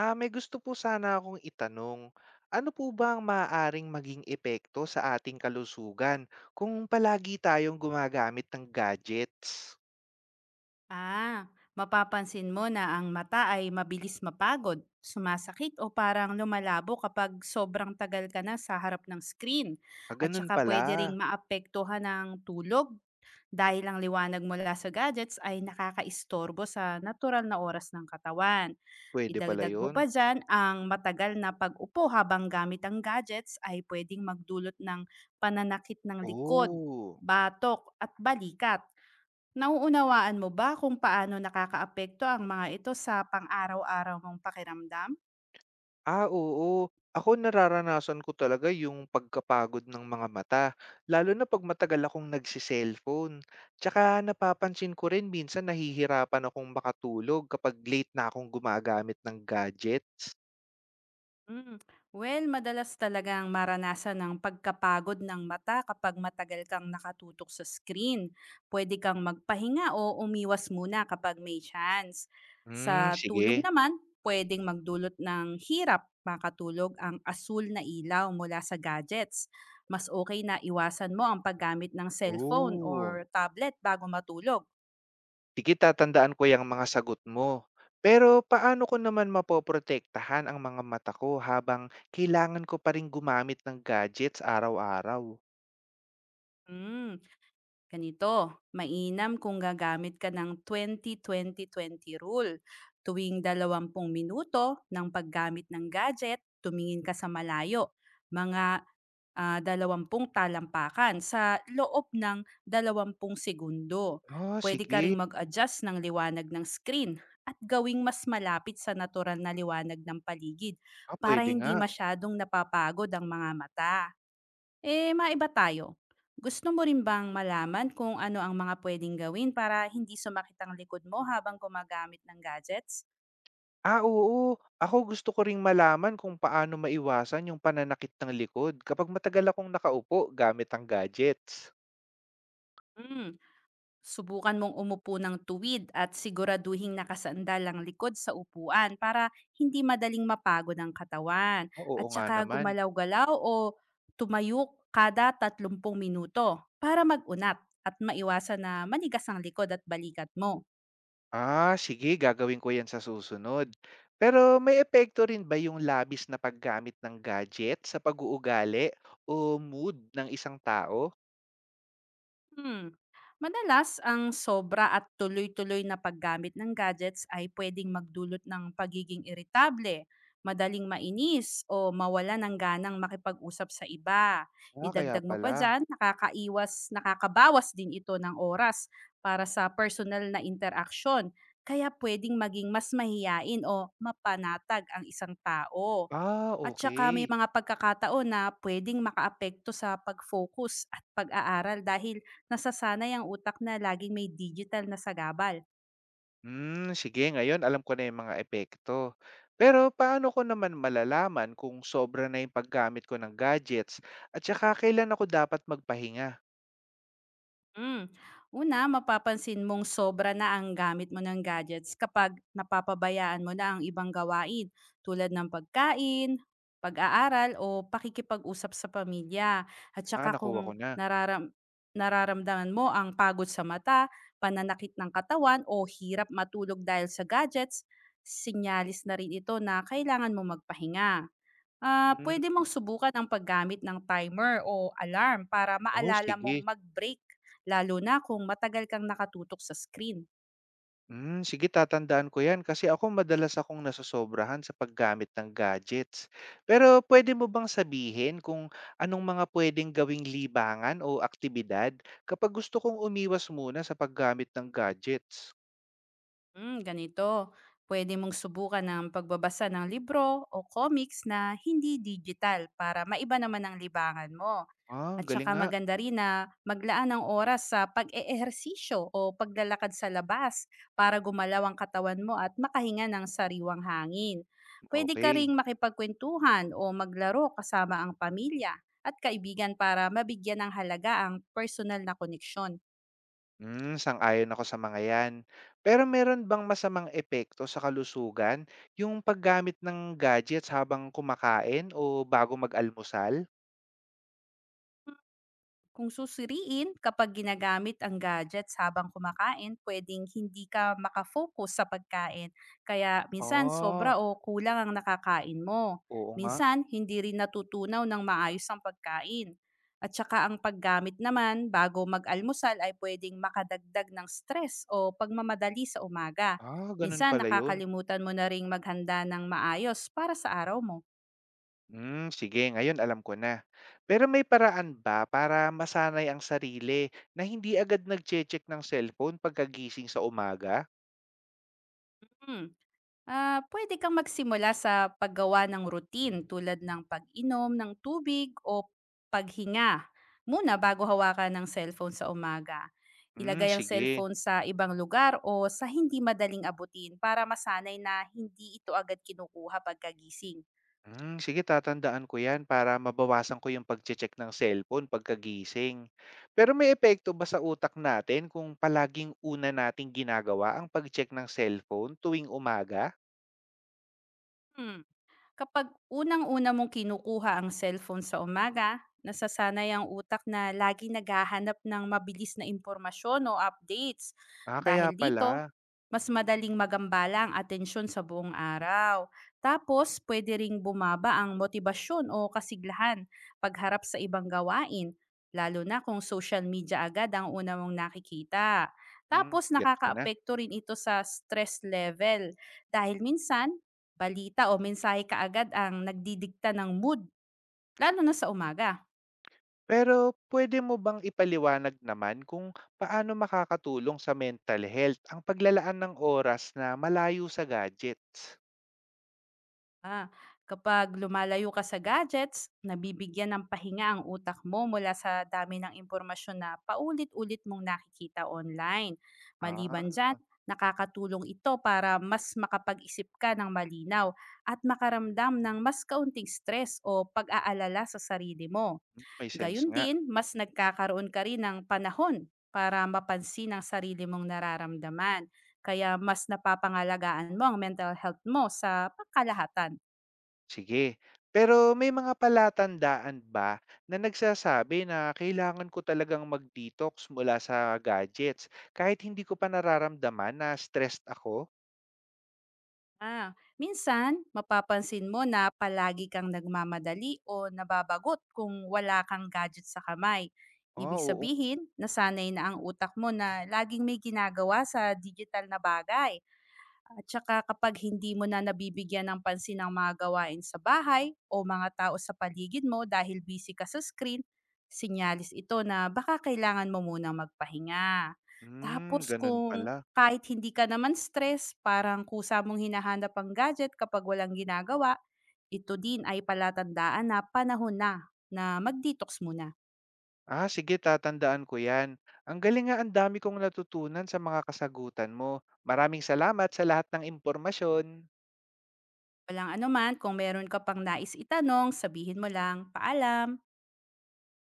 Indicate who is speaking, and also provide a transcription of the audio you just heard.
Speaker 1: May gusto po sana akong itanong. Ano po ba ang maaaring maging epekto sa ating kalusugan kung palagi tayong gumagamit ng gadgets?
Speaker 2: Ah, mapapansin mo na ang mata ay mabilis mapagod, sumasakit o parang lumalabo kapag sobrang tagal ka na sa harap ng screen.
Speaker 1: Ah,
Speaker 2: At
Speaker 1: ganun
Speaker 2: saka pwede
Speaker 1: pala.
Speaker 2: ring maapektuhan ng tulog dahil ang liwanag mula sa gadgets ay nakakaistorbo sa natural na oras ng katawan.
Speaker 1: Pwede pala
Speaker 2: Idagdag mo
Speaker 1: yun?
Speaker 2: pa dyan, ang matagal na pag-upo habang gamit ang gadgets ay pwedeng magdulot ng pananakit ng likod,
Speaker 1: Oh.
Speaker 2: batok at balikat. Nauunawaan mo ba kung paano nakakaapekto ang mga ito sa pang-araw-araw mong pakiramdam?
Speaker 1: Ah, oo. Ako nararanasan ko talaga yung pagkapagod ng mga mata, lalo na pag matagal akong nagsiselfone. Tsaka napapansin ko rin minsan nahihirapan akong makatulog kapag late na akong gumagamit ng gadgets.
Speaker 2: Mm. Well, madalas talagang maranasan ng pagkapagod ng mata kapag matagal kang nakatutok sa screen. Pwede kang magpahinga o umiwas muna kapag may chance.
Speaker 1: Hmm,
Speaker 2: Sa tulog
Speaker 1: sige.
Speaker 2: naman, pwedeng magdulot ng hirap makatulog ang asul na ilaw mula sa gadgets. Mas okay na iwasan mo ang paggamit ng cellphone
Speaker 1: Oh,
Speaker 2: or tablet bago matulog.
Speaker 1: sige, tatandaan ko yung mga sagot mo. Pero paano ko naman mapoprotektahan ang mga mata ko habang kailangan ko pa rin gumamit ng gadgets araw-araw?
Speaker 2: Mm. Ganito, mainam kung gagamit ka ng 20-20-20 rule. Tuwing dalawampung minuto ng paggamit ng gadget, tumingin ka sa malayo. Mga 20 talampakan sa loob ng dalawampung segundo.
Speaker 1: Ah,
Speaker 2: Pwede ka
Speaker 1: sige.
Speaker 2: ring mag-adjust ng liwanag ng screen at gawing mas malapit sa natural na liwanag ng paligid
Speaker 1: Ah,
Speaker 2: para
Speaker 1: pwede nga.
Speaker 2: hindi masyadong napapagod ang mga mata. Eh, maiba tayo. Gusto mo rin bang malaman kung ano ang mga pwedeng gawin para hindi sumakit ang likod mo habang gumagamit ng gadgets?
Speaker 1: Ah, oo. Ako gusto ko ring malaman kung paano maiwasan yung pananakit ng likod kapag matagal akong nakaupo gamit ang gadgets.
Speaker 2: Mm, subukan mong umupo ng tuwid at siguraduhin nakasandal ang likod sa upuan para hindi madaling mapagod ang katawan.
Speaker 1: Ah, oo
Speaker 2: At
Speaker 1: nga
Speaker 2: saka
Speaker 1: naman.
Speaker 2: gumalaw-galaw o tumayo kada 30 minuto para mag-unat at maiwasan na manigas ang likod at balikat mo.
Speaker 1: Ah, sige, gagawin ko 'yan sa susunod. Pero may epekto rin ba yung labis na paggamit ng gadget sa pag-uugali o mood ng isang tao?
Speaker 2: Hmm. Madalas, ang sobra at tuloy-tuloy na paggamit ng gadgets ay pwedeng magdulot ng pagiging iritable, madaling mainis, o mawala ng ganang makipag-usap sa iba.
Speaker 1: Ah, kaya
Speaker 2: Idagdag mo pa
Speaker 1: pala.
Speaker 2: dyan, nakakaiwas, nakakabawas din ito ng oras para sa personal na interaksyon, kaya pwedeng maging mas mahiyain o mapanatag ang isang tao.
Speaker 1: Ah,
Speaker 2: At saka may
Speaker 1: okay.
Speaker 2: mga pagkakataon na pwedeng makaapekto sa pag-focus at pag-aaral dahil nasasanay ang utak na laging may digital na sagabal.
Speaker 1: Hmm, sige, ngayon alam ko na yung mga epekto. Pero paano ko naman malalaman kung sobra na yung paggamit ko ng gadgets at saka kailan ako dapat magpahinga?
Speaker 2: Hmm. Una, mapapansin mong sobra na ang gamit mo ng gadgets kapag napapabayaan mo na ang ibang gawain tulad ng pagkain, pag-aaral o pakikipag-usap sa pamilya. At
Speaker 1: Ah,
Speaker 2: saka
Speaker 1: nakuha
Speaker 2: kung
Speaker 1: ko na.
Speaker 2: nararamdaman mo ang pagod sa mata, pananakit ng katawan o hirap matulog dahil sa gadgets, sinyalis na rin ito na kailangan mo magpahinga. Ah,
Speaker 1: Hmm,
Speaker 2: puwede mong subukan ang paggamit ng timer o alarm para
Speaker 1: oh
Speaker 2: maalala mong
Speaker 1: sige.
Speaker 2: mag-break, lalo na kung matagal kang nakatutok sa screen.
Speaker 1: Hmm, sige, tatandaan ko 'yan kasi ako madalas akong nasosobrahan sa paggamit ng gadgets. Pero pwede mo bang sabihin kung anong mga puwedeng gawing libangan o aktibidad kapag gusto kong umiwas muna sa paggamit ng gadgets?
Speaker 2: Ganito. Pwede mong subukan ang pagbabasa ng libro o comics na hindi digital para maiba naman ang libangan mo.
Speaker 1: Ah,
Speaker 2: At
Speaker 1: galing
Speaker 2: saka
Speaker 1: nga.
Speaker 2: maganda rin na maglaan ng oras sa pag-eehersisyo o paglalakad sa labas para gumalaw ang katawan mo at makahinga ng sariwang hangin. Pwede ka
Speaker 1: Okay.
Speaker 2: ring makipagkwentuhan o maglaro kasama ang pamilya at kaibigan para mabigyan ng halaga ang personal na koneksyon.
Speaker 1: Hmm, sang-ayon ako sa mga 'yan. Pero meron bang masamang epekto sa kalusugan yung paggamit ng gadgets habang kumakain o bago mag-almusal?
Speaker 2: Kung susuriin, kapag ginagamit ang gadgets habang kumakain, pwedeng hindi ka makafocus sa pagkain. Kaya minsan sobra
Speaker 1: Ah,
Speaker 2: o kulang ang nakakain mo.
Speaker 1: oo nga.
Speaker 2: Minsan, hindi rin natutunaw ng maayos ang pagkain. At saka ang paggamit naman bago mag-almusal ay pwedeng makadagdag ng stress o pagmamadali sa umaga.
Speaker 1: Ah, ganun
Speaker 2: Minsan,
Speaker 1: pala 'yun.
Speaker 2: nakakalimutan mo na ring maghanda ng maayos para sa araw mo.
Speaker 1: Hmm, sige, ngayon alam ko na. Pero may paraan ba para masanay ang sarili na hindi agad nagche-check ng cellphone pagkagising sa umaga?
Speaker 2: Hmm. Ah, puwede kang magsimula sa paggawa ng routine tulad ng pag-inom ng tubig o paghinga muna bago hawakan ng cellphone sa umaga.
Speaker 1: Hmm,
Speaker 2: Ilagay ang
Speaker 1: sige.
Speaker 2: cellphone sa ibang lugar o sa hindi madaling abutin para masanay na hindi ito agad kinukuha pagkagising.
Speaker 1: Hmm, sige, tatandaan ko yan para mabawasan ko yung pagche-check ng cellphone pagkagising. Pero may epekto ba sa utak natin kung palaging una nating ginagawa ang pag-check ng cellphone tuwing umaga?
Speaker 2: Hmm. Kapag unang-una mong kinukuha ang cellphone sa umaga, nasasanay ang utak na lagi naghahanap ng mabilis na impormasyon o updates.
Speaker 1: Ah, kaya
Speaker 2: Dahil dito,
Speaker 1: pala.
Speaker 2: mas madaling magambala ang atensyon sa buong araw. Tapos, pwede ring bumaba ang motibasyon o kasiglahan pagharap sa ibang gawain, lalo na kung social media agad ang una mong nakikita.
Speaker 1: Hmm,
Speaker 2: Tapos,
Speaker 1: get ko na.
Speaker 2: nakakaapekto rin ito sa stress level dahil minsan, balita o mensahe kaagad ang nagdidikta ng mood, lalo na sa umaga.
Speaker 1: Pero pwede mo bang ipaliwanag naman kung paano makakatulong sa mental health ang paglalaan ng oras na malayo sa gadgets?
Speaker 2: Ah, kapag lumalayo ka sa gadgets, nabibigyan ng pahinga ang utak mo mula sa dami ng impormasyon na paulit-ulit mong nakikita online. Maliban
Speaker 1: Ah,
Speaker 2: dyan, nakakatulong ito para mas makapag-isip ka ng malinaw at makaramdam ng mas kaunting stress o pag-aalala sa sarili mo.
Speaker 1: may sense
Speaker 2: Gayun
Speaker 1: nga.
Speaker 2: din, mas nagkakaroon ka rin ng panahon para mapansin ang sarili mong nararamdaman. Kaya mas napapangalagaan mo ang mental health mo sa pangkalahatan.
Speaker 1: Sige. Pero may mga palatandaan ba na nagsasabi na kailangan ko talagang mag-detox mula sa gadgets kahit hindi ko pa nararamdaman na stressed ako?
Speaker 2: Ah, minsan, mapapansin mo na palagi kang nagmamadali o nababagot kung wala kang gadget sa kamay. Ibig
Speaker 1: Oh, oo.
Speaker 2: sabihin, nasanay na ang utak mo na laging may ginagawa sa digital na bagay. At saka kapag hindi mo na nabibigyan ng pansin ang mga gawain sa bahay o mga tao sa paligid mo dahil busy ka sa screen, sinyalis ito na baka kailangan mo munang magpahinga.
Speaker 1: Hmm,
Speaker 2: Tapos
Speaker 1: ganun
Speaker 2: kung
Speaker 1: pala.
Speaker 2: kahit hindi ka naman stress, parang kusa mong hinahanap ang gadget kapag walang ginagawa, ito din ay palatandaan na panahon na na mag-detox muna.
Speaker 1: Ah, sige, tatandaan ko yan. Ang galing nga, ang dami kong natutunan sa mga kasagutan mo. Maraming salamat sa lahat ng impormasyon.
Speaker 2: Walang anuman, kung meron ka pang nais itanong, sabihin mo lang, paalam!